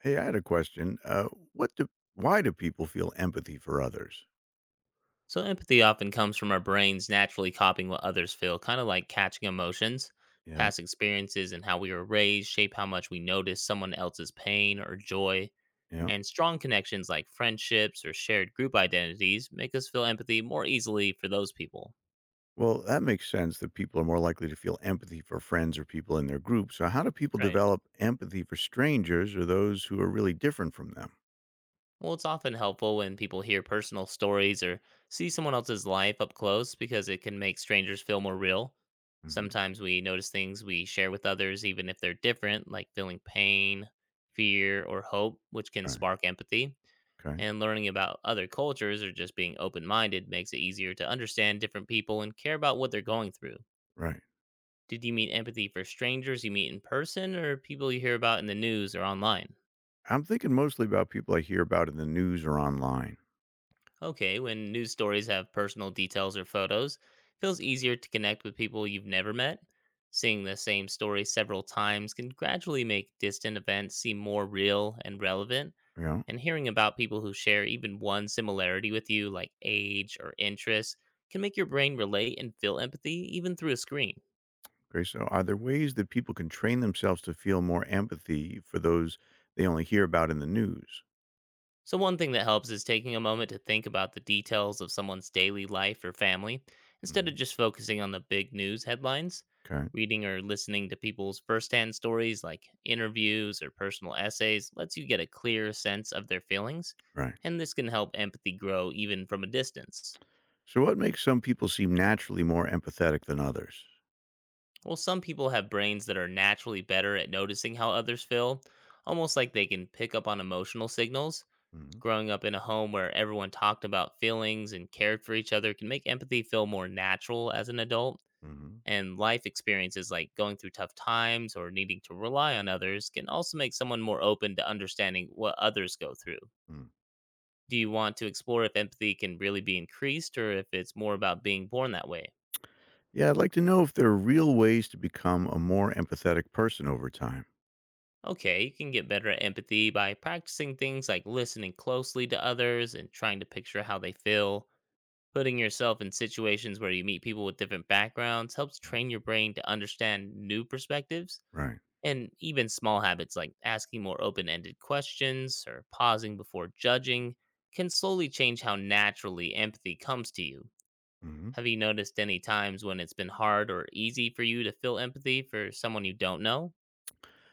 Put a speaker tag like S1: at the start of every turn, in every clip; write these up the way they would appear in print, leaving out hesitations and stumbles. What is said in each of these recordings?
S1: Hey, I had a question. What do Why do people feel empathy for others?
S2: So, empathy often comes from our brains naturally copying what others feel, kind of like catching emotions.
S1: Yeah,
S2: Past experiences and how we were raised shape how much we notice someone else's pain or joy.
S1: yeah.
S2: And strong connections like friendships or shared group identities make us feel empathy more easily for those people.
S1: Well, that makes sense that people are more likely to feel empathy for friends or people in their group. So, how do people
S2: Right.
S1: develop empathy for strangers or those who are really different from them?
S2: Well, it's often helpful when people hear personal stories or see someone else's life up close because it can make strangers feel more real.
S1: Hmm.
S2: Sometimes we notice things we share with others, even if they're different, like feeling pain, fear, or hope, which can
S1: Right.
S2: spark empathy.
S1: Okay.
S2: And learning about other cultures or just being open minded makes it easier to understand different people and care about what they're going through.
S1: Right.
S2: Did you mean empathy for strangers you meet in person or people you hear about in the news or online?
S1: I'm thinking mostly about people I hear about in the news or online.
S2: Okay, when news stories have personal details or photos, it feels easier to connect with people you've never met. Seeing the same story several times can gradually make distant events seem more real and relevant,
S1: You know.
S2: and hearing about people who share even one similarity with you, like age or interests, can make your brain relate and feel empathy even through a screen.
S1: Okay. So, are there ways that people can train themselves to feel more empathy for those they only hear about in the news?
S2: So, one thing that helps is taking a moment to think about the details of someone's daily life or family instead
S1: Hmm.
S2: of just focusing on the big news headlines.
S1: Okay.
S2: Reading or listening to people's firsthand stories, like interviews or personal essays, lets you get a clear sense of their feelings,
S1: Right.
S2: and this can help empathy grow even from a distance.
S1: So, what makes some people seem naturally more empathetic than others?
S2: Well, some people have brains that are naturally better at noticing how others feel, almost like they can pick up on emotional signals.
S1: Mhm,
S2: Growing up in a home where everyone talked about feelings and cared for each other can make empathy feel more natural as an adult.
S1: mhm,
S2: And life experiences like going through tough times or needing to rely on others can also make someone more open to understanding what others go through.
S1: mm.
S2: Do you want to explore if empathy can really be increased or if it's more about being born that way?
S1: Yeah, I'd like to know if there are real ways to become a more empathetic person over time.
S2: Okay, you can get better at empathy by practicing things like listening closely to others and trying to picture how they feel. Putting yourself in situations where you meet people with different backgrounds helps
S1: Mhm.
S2: train your brain to understand new perspectives,
S1: Right.
S2: and even small habits like asking more open ended questions or pausing before judging can slowly change how naturally empathy comes to you.
S1: Hmm.
S2: Have you noticed any times when it's been hard or easy for you to feel empathy for someone you don't know?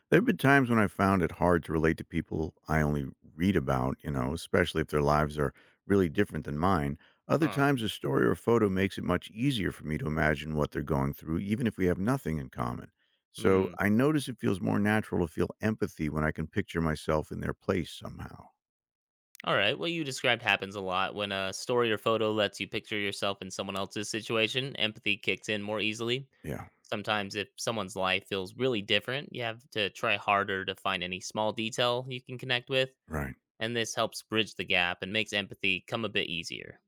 S1: There have been times when I found it hard to relate to people I only read about, especially if their lives are really different than mine. Other
S2: Huh.
S1: times, a story or photo makes it much easier for me to imagine what they're going through, even if we have nothing in common. So
S2: Hmm.
S1: I notice it feels more natural to feel empathy when I can picture myself in their place somehow.
S2: All right. What you described happens a lot. When a story or photo lets you picture yourself in someone else's situation, empathy kicks in more easily.
S1: Yeah,
S2: Sometimes, if someone's life feels really different, you have to try harder to find any small detail you can connect with.
S1: right.
S2: And this helps bridge the gap and makes empathy come a bit easier.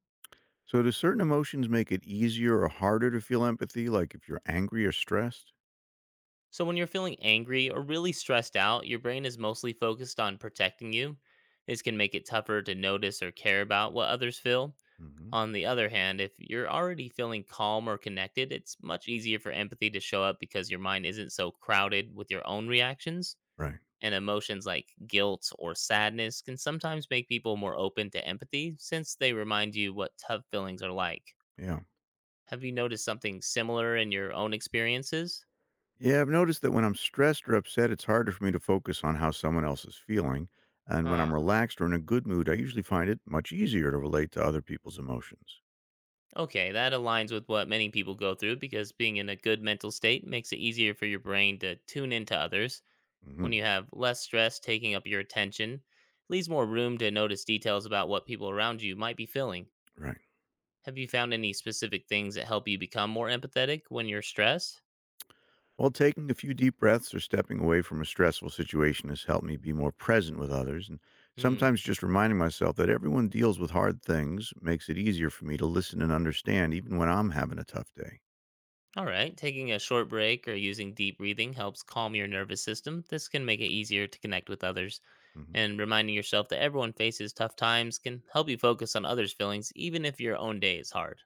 S1: So, do certain emotions make it easier or harder to feel empathy? Like if you're angry or stressed?
S2: So, when you're feeling angry or really stressed out, your brain is mostly focused on protecting you. This can make it tougher to notice or care about what others feel.
S1: Hmm.
S2: On the other hand, if you're already feeling calm or connected, it's much easier for empathy to show up because your mind isn't so crowded with your own reactions.
S1: Right.
S2: And emotions like guilt or sadness can sometimes make people more open to empathy since they remind you what tough feelings are like.
S1: Yeah.
S2: Have you noticed something similar in your own experiences?
S1: Yeah, I've noticed that when I'm stressed or upset, it's harder for me to focus on how someone else is feeling. And when I'm
S2: Huh.
S1: relaxed or in a good mood, I usually find it much easier to relate to other people's emotions.
S2: Okay, that aligns with what many people go through because being in a good mental state makes it easier for your brain to tune into others.
S1: Hmm.
S2: When you have less stress taking up your attention, leaves more room to notice details about what people around you might be feeling.
S1: Right.
S2: Have you found any specific things that help you become more empathetic when you're stressed?
S1: Well, taking a few deep breaths or stepping away from a stressful situation has helped me be more present with others. And
S2: Hmm.
S1: sometimes just reminding myself that everyone deals with hard things makes it easier for me to listen and understand, even when I'm having a tough day.
S2: All right, taking a short break or using deep breathing helps calm your nervous system. This can make it easier to connect with others,
S1: Hmm.
S2: and reminding yourself that everyone faces tough times can help you focus on others' feelings, even if your own day is hard.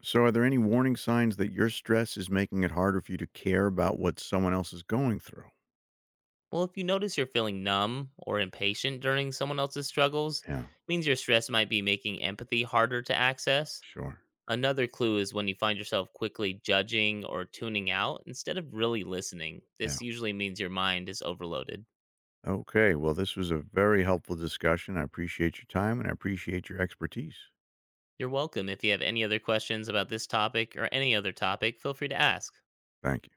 S1: So, are there any warning signs that your stress is making it harder for you to care about what someone else is going through?
S2: Well, if you notice you're feeling numb or impatient during someone else's struggles, it
S1: Yeah,
S2: means your stress might be making empathy harder to access.
S1: sure.
S2: Another clue is when you find yourself quickly judging or tuning out instead of really listening.
S1: Yeah.
S2: This usually means your mind is overloaded.
S1: Okay. Well, this was a very helpful discussion. I appreciate your time and I appreciate your expertise.
S2: You're welcome. If you have any other questions about this topic or any other topic, feel free to ask.
S1: Thank you.